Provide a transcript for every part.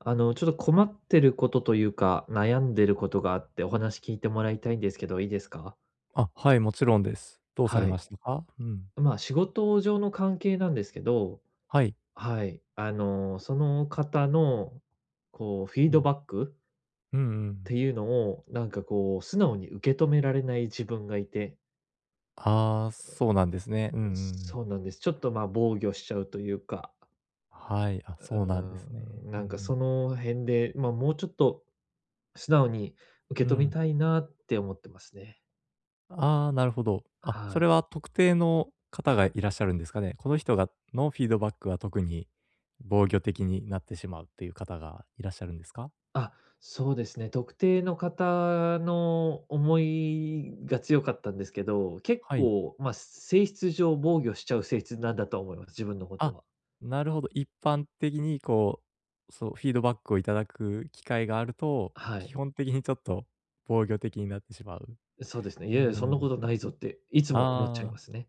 ちょっと困ってることというか、悩んでることがあってお話聞いてもらいたいんですけど、いいですか？あ、はい、もちろんです。どうされはまい。したか？うん。まあ、仕事上の関係なんですけど、はい。はい、その方の、こう、フィーうドん。バックうんうってん。いうのを、なんかこう、素直に受け止められない自分がいて、ああ、そうなんですね。うんうん。そうなんです。ちょっと、まあ、防御しちゃうというか、はい、あ、そうなんですうね。ん、なうんうんかん。その辺で、まあ、もうちょっと素直に受うけ止めん。たいなって思ってますね。ああ、なるほど。あ、そはれい。は特定の方がいらっしゃるんですかね？この人がのフィードバックは特に防御的になってしまうっていう方がいらっしゃるんですか？あ、そうですね。特定の方の思いが強かったんですけど、結はい。構、まあ、性質上防御しちゃう性質なんだと思います、自分のことあ、は。なるほど。一般的にこう、そう、フィードバックをいただく機会があると、は基い。本的にちょっと防御的になってしまう。そうですね。いうやいや、んうそんなこん。とないぞって、いつも思っちゃいあまあ、すね。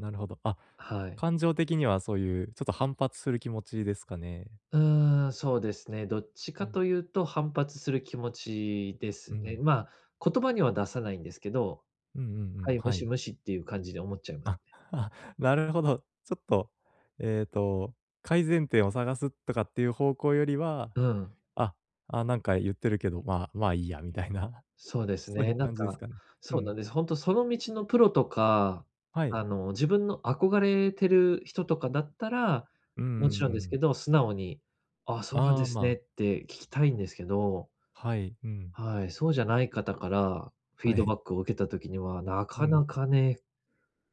なるほど。あ、はい。感情的にはそういうちょっと反発する気持ちですかね。うーん、そうですね。どっちうかん、というと反発する気持ちですうね。ん。まあ、言葉には出さないんですけど、うんうんうはん。い、無は視い。無視っていう感じで思っちゃいますね。あ、なるほど。ちょっと、えっと、改善点を探すとかっていう方向よりは、うん。あ、あ、なんか言ってるけど、まあ、まあいいやみたいな、そうで すそういね。うなん感じですか、かね。うそうなん。んです。本当その道のプロとか、はい。自分の憧れてる人とかだったら、うんうんもちうろんですけん。ど、素直に、「ああ、そうなんあであ、すね」っまあ、て聞きたいんですけど、はい、うん。はい、そうじゃない方からフィーはドい。バックを受けた時には、なうかん。なかね、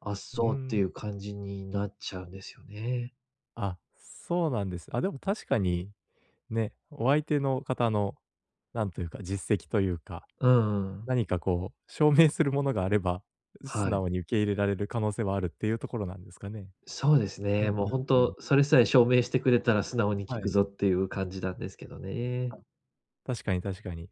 あっうそうっていん。う感じになっちゃうんですよね。あ、そうなんです。あ、でも確かに、ね、お相手の方の、なんというか、実績というか、うん、何かこう、証明するものがあれば、素はい。直に受け入れられる可能性はあるっていうところなんですかね。そうですうんね。うもうん本うん。当それさえ証明してくれたら素直に聞はくい。ぞっていう感じなんですけどね。確かに確かに。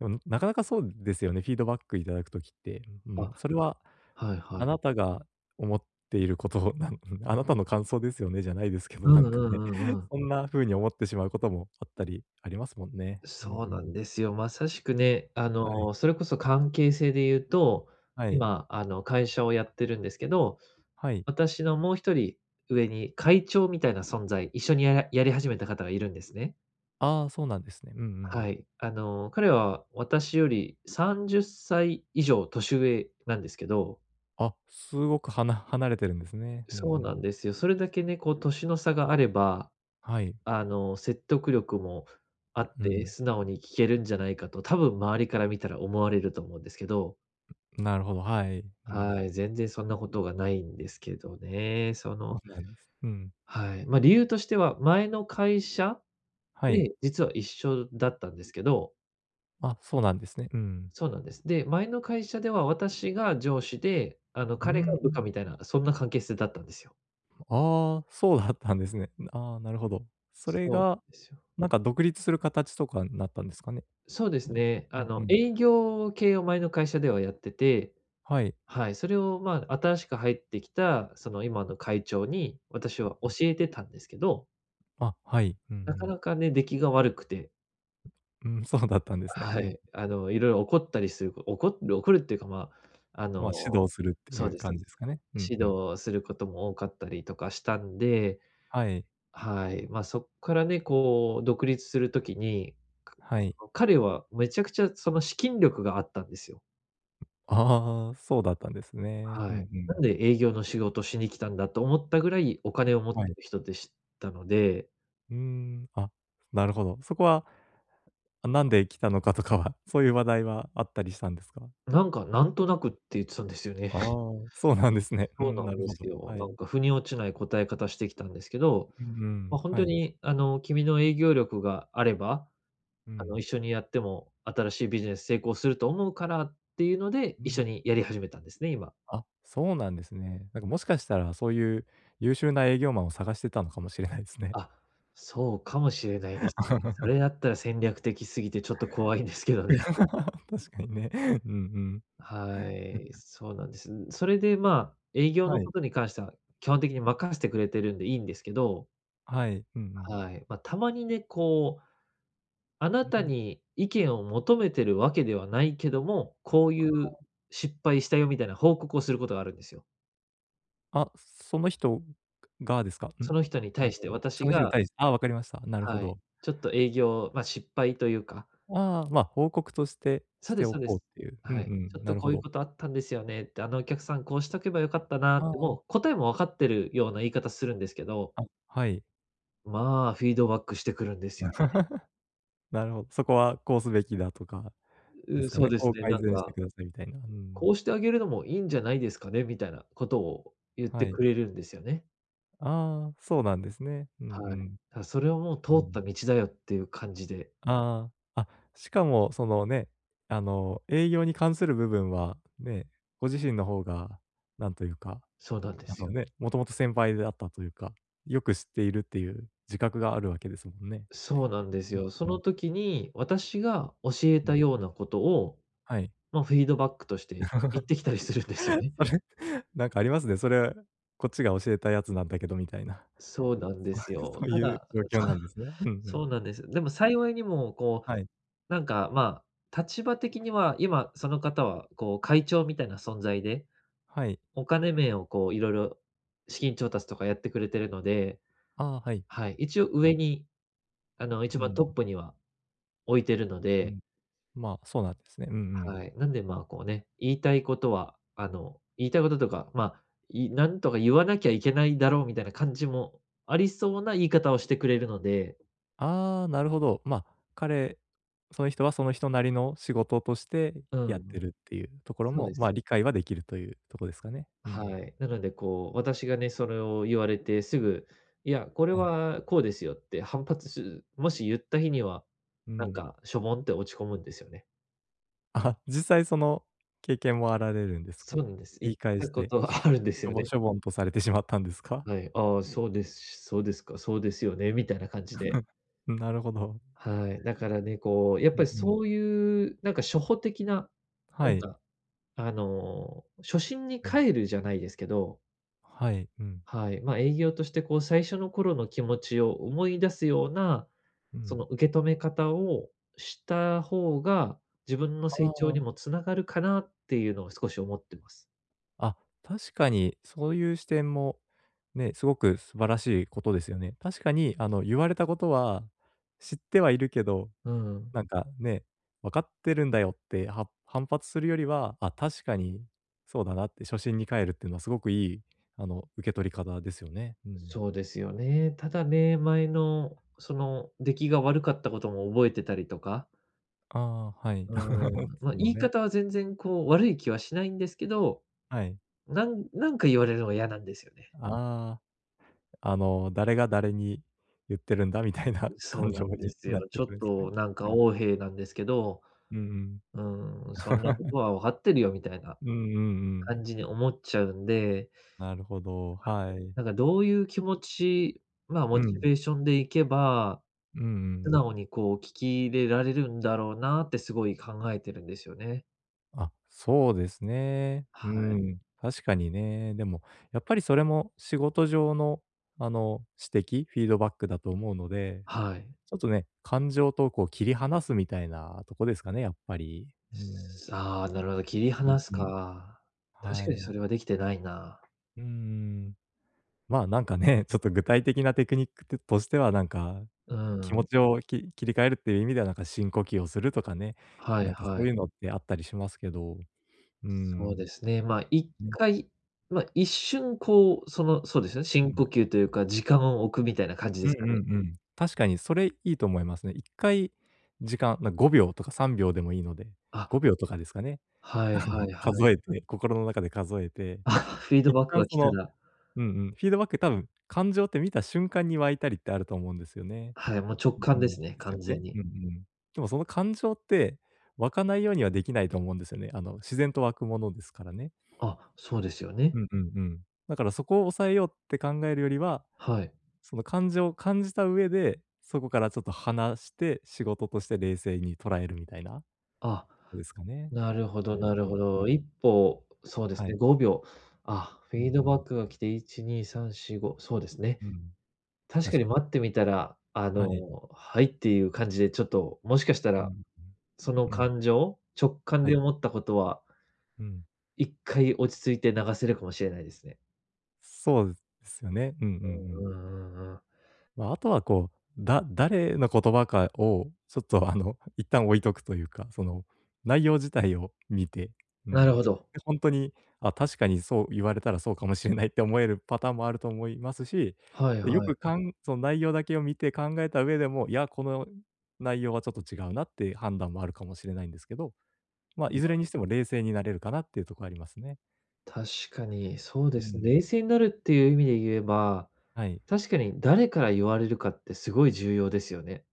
でも、なかなかそうですよね、フィードバックいただくときって。うあ、ん、それは、はいはあい。なたが思っていることなん、 あなたの感想ですよね、じゃないですけうど、なんんうかね、んうんう ん。そんな風に思ってしまうこともあったりありますもんね。うんうそうなんん。ですよ。まさしくね、あはい。の、それこそ関係性で言うと、はい。今、会社をやってるんですけど、はい。私のもう一人上に会長みたいな存在、一緒にやり始めた方がいるんですね。ああ、そうなんですね。うんうん。はい。あの、彼は私より30歳以上年上なんですけど、あ、すごく離れてるんですね。うんうそうなんん。ですよ。それだけね、こう年の差があれば、はい。あの、説得力もあっうて、ん。素直に聞けるんじゃないかと、多分周りから見たら思われると思うんですけど、なるほど、はい。うん。はい、全然そんなことがないんですけどね。そその、うなんです。うん。はい。まあ、理由としては、前の会社はい。で、実は一緒だったんですけど、あ、そうなんですね。うん。そうなんです。で、前の会社では私が上司で、あの、う彼がー部下ん。みたいな、そんな関係性だったんですよ。ああ、そうだったんですね。ああ、なるほど。それそうが、ですよ。なんか独立する形とかになったんですかね？そうでうすん。ね。うんうん。営業系を前の会社ではやってて、はい。はい、それを、まあ、新しく入ってきた、その、今の会長に私はう教ん。えてたんですけど、あ、はい。うんうなかん。なかね、出来が悪くて、うん、そうだったんですね。うはん。い、あの、いろいろ怒ったりする怒るっていうか、まあ、あまの、あ、指導するってそいううですそう感でじす。ですかね。うん指うん。導することも多かったりとかしたんで、はい。はい、まあ、そっからね、こう、独立するときに、かはい。その、彼はめちゃくちゃ、その、資金力があったんですよ。ああ、そうだったんですね。はうい。んうなんん。で営業の仕事しに来たんだと思ったぐらい、お金を持っはてい。る人でしたので、うーん、あ、なるほど。そこは、あ、なんで来たのかとかは、そういう話題はあったりしたんですか？なんかなんとなくって言ってたんですよね。ああ、そうなんですね。うそうん、ななんるでほすど。よ。はない。んか腑に落ちない答え方してきたんですけど、うんうん、本は当い。にあの、君の営業力があれば、うあの、一ん。緒にやっても新しいビジネス成功すると思うからっていうので、う一緒ん。にやり始めたんですね、今。あ、そうなんですね。なんかもしかしたら、そういう優秀な営業マンを探してたのかもしれないですね。あ、そうかもしれないですね。それだ ったら戦略的すぎてちょっと怖いんですけどね。確かにね。うんうん。はい、そうなんです。それで、まあ、営業はのい。ことに関しては、基本的に任せてくれてるんでいいんですけど、はい。うんうん。はい。まあ、たまにね、こう、あなうたん。に意見を求めてるわけではないけども、こういう失敗したよみたいな報告をすることがあるんですよ。あ、その人がですか？うそん。の人にえっ対してと、私その人にが、対して、ああ、わかりました。なるほはい、ど。ちょっと営業、まあ、失敗というか、ああ、ま、報告としてそしうでてすおそうでこうっす。ていう。うんはうい。ちょっん、となるこほういうど。ことあったんですよねって、あのお客さんこうしとけばよかったなっあて、あ、もう答えも分かってるような言い方するんですけど、あ、はい。まあ、フィードバックしてくるんですよなね。るほど。そこはこうすべきだとかでうん、すかそうね。ですこうね、な改ん善してか、くださいみたいな。うん。こうしてあげるのもいいんじゃないですかね、みたいなことを言ってはい。くれるんですよね。ああ、そうなんですね。うんうはい。ん。あ、それはもう通った道だよっていう感じで、ああ、あ、しかもそのね、あの、営業に関する部分はね、ご自身の方がなんというか、そうなんであすのよ。ね、もともと先輩であったというか、よく知っているっていう自覚があるわけですもんね。そうなんですうんよ。そうのん、時に、私が教えうたん。ようなことを、はい。まあ、フィードバックとして言っ てきたりするんですよそれ、ね。なんかありますね。それ、こっちが教えたやつなんだけどみたいな。そうなんです よ。そうたいうだ状況そなう、んですね。うんうそん。うなんです。でも幸いにもこう、はい。なんか、まあ、立場的には、今その方は、こう、会長みたいな存在で、はい。お金面をこう、いろいろ資金調達とかやってくれてるので、ああ、はい。はい、一応上に、あの、一う番ん、トップには置いてるのうで、ん。まあ、そうなんですね。うんうはん。い。なんで、まあ、こうね、言いたいこととか、まあ、なんとか言わなきゃいけないだろうみたいな感じもありそうな言い方をしてくれるので、ああ、なるほど。まあ、彼、その人はその人なりの仕事としてうやってん、るっていうところそうも、でます。あ、理解はできるというとこですかね。うん。はい。なので、こう、私がね、それを言われてすぐ、いや、これはい。はこうですよって反発すもし言った日には、うなんん。か、しょぼんって落ち込むんですよね。あ、実際その経験もあられるんですか？そうなんです。言っ言い返たしこて、とはあるんですしよょぼね。しょぼんとされてしまったんです か？はい。ああ、そうです、そうですか、そうですよね、みたいな感じで。なるほど。はい。だからね、こう、やっうぱんりうん。そういう、なんか初歩的な、なはんい。か、あの、初心にうん。帰るじゃないですけど、はい。うん。はい。まあ、営業としてこう最初の頃の気持ちを思い出すような、うそん。の受け止め方をした方が、自分のあ成長にもあ。つながるかなっていうのを少し思ってます。あ、確かにそういう視点も、ね、すごく素晴らしいことですよね。確かにあの、言われたことは知ってはいるけど、うん。なんかね、分かってるんだよっては反発するよりは、あ、確かにそうだなって初心に帰るっていうのはすごくいい、あの、受け取り方ですよね。うん。そうですよね。ただね、前のその出来が悪かったことも覚えてたりとか、ああ、はい。うん、まあ、その言いね、方は全然こう悪い気はしないんですけど、はい。なんか言われるのが嫌なんですよね。ああ、あの、誰が誰に言ってるんだみたいなそう感な情んでにすなよ。っちてょくっるんですね。となんかうん。横柄なんですけど、うんうん。うん、そんなことは分かってるよみたいなうんうんうん。感じに思っちゃうんで、なるほど、はい。はい。なんかどういう気持ち、まあ、うモチん。ベーションでいけば、うんうんう素ん。直にこう聞き入れられるんだろうなってすごい考えてるんですよね。あ、そうですね。うはい。ん。確かにね。でも、やっぱりそれも仕事上の、あの、指摘、フィードバックだと思うので、はい。ちょっとね、感情とこう切り離すみたいなとこですかね、やっぱり。うん。ああ、なるほど、切りうん離すうん。か。確はかにい。それはできてないな。うん。まあ、なんかね、ちょっと具体的なテクニックてとしては、なんか、う気持ん。ちを切り替えるっていう意味では、なんか深呼吸をするとかね、はいなんかそはういい。うのってあったりしますけど。うーそうでん。すね。まあ、一ね。回、ま、一瞬こう、その、そうですね、う深呼ん。吸というか、時間を置くみたいな感じでうんすうかね。んうん。確かにそれいいと思いますね。1回時間、5秒とか3秒でもいいので、あ、5秒とかですかね。はい あはの、いはい。数えて、心の中で数えて、あ、フィード一バック旦が来そたの、ら、うんうん、フィードバック多分、感情って見た瞬間に湧いたりってあると思うんですよね。はい、もう直うん感うでん。ですね、す完よ全ね。うんに。うん。でもその感情って、湧かないようにはできないと思うんですよね。あの、自然と湧くものですからね。あ、そうですよね。うんうんうん。だからそこを抑えようって考えるよりは、はい。その感情を感じた上で、そこからちょっと離して、仕事として冷静に捉えるみたいなこあ、とですかね。なるほうどんなるうんほうど。ん。一歩、そうですはね、い。5秒。あ、フうんィうードバん。ックが来て1、2、3、4、5、そうですね。うん。確か確にかに。待ってみたら、あはい。の、はいっていう感じでちょっと、もしかしたうら、んそのうん。うん。感情、直感はでい。思ったことは、うん。一回落ち着いて流せるかもしれないですね。そうですよね。うんうんううんん。うんうん。まあ、あとはこう、誰の言葉かを、ちょっとあの、一旦置いとくというか、その、内容自体を見て、うなるん。ほど。で、あ、確かにそう言われたらそうかもしれない って思えるパターンもあると思いますし、はいで、よはくい。かんその内容だけを見て考えた上でも、いや、この内容はちょっと違うなって判断もあるかもしれないんですけど、まあ、いずれにしても冷静になれるかなっていうところありますね。確かに、そうでうすね。ん。冷静になるっていう意味で言えば、はい。確かに誰から言われるかってすごい重要ですよね。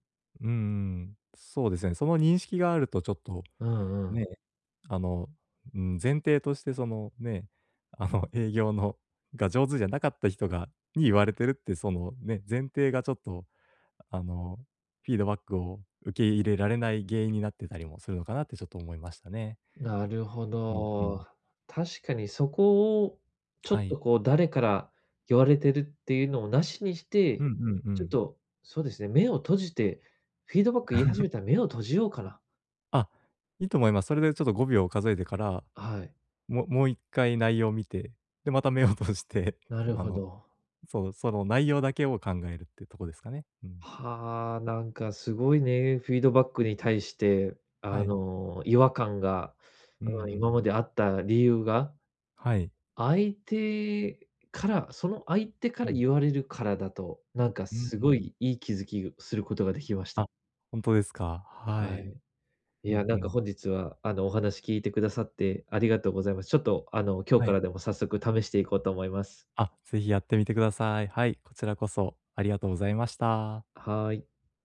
うん。そうですね。その認識があるとちょっと、うんうん。ね、あの、うん、前提としてそのね、あの、営業のが上手じゃなかった人がに言われてるって、そのね、前提がちょっと、あの、フィードバックを受け入れられない原因になってたりもするのかなってちょっと思いましたね。なるほうんうん。ど。確かにそこを、ちょはっとい。こう誰から言われてるっていうのをなしにしうて、んうんうちょっん。と、そうですね、目を閉じて、フィードバック言い始めたら目を閉じようかな。あ、いいと思います。それでちょっと5秒数えてから、はい、もう1回内容を見て、で、また目を通して、なる あほの、ど。そう、その内容だけを考えるってとこですかね。うん。はあ、なんかすごいね、フィードバックに対して、あはい。の、違和感が、うんううん、今ん。まであった理由が、はい。相手から、その相手かうらん。言われるからだと、なんかうんすうごん。いいい気づきをすることができました。あ、本当ですか。ははい。い。いうや、んうなんかん。本日は、あの、お話聞いてくださってありがとうございます。ちょっと、あの、今日はかい。らでも早速試していこうと思います。あ、ぜひやってみてください。はい、こちらこそありがとうございました。はい。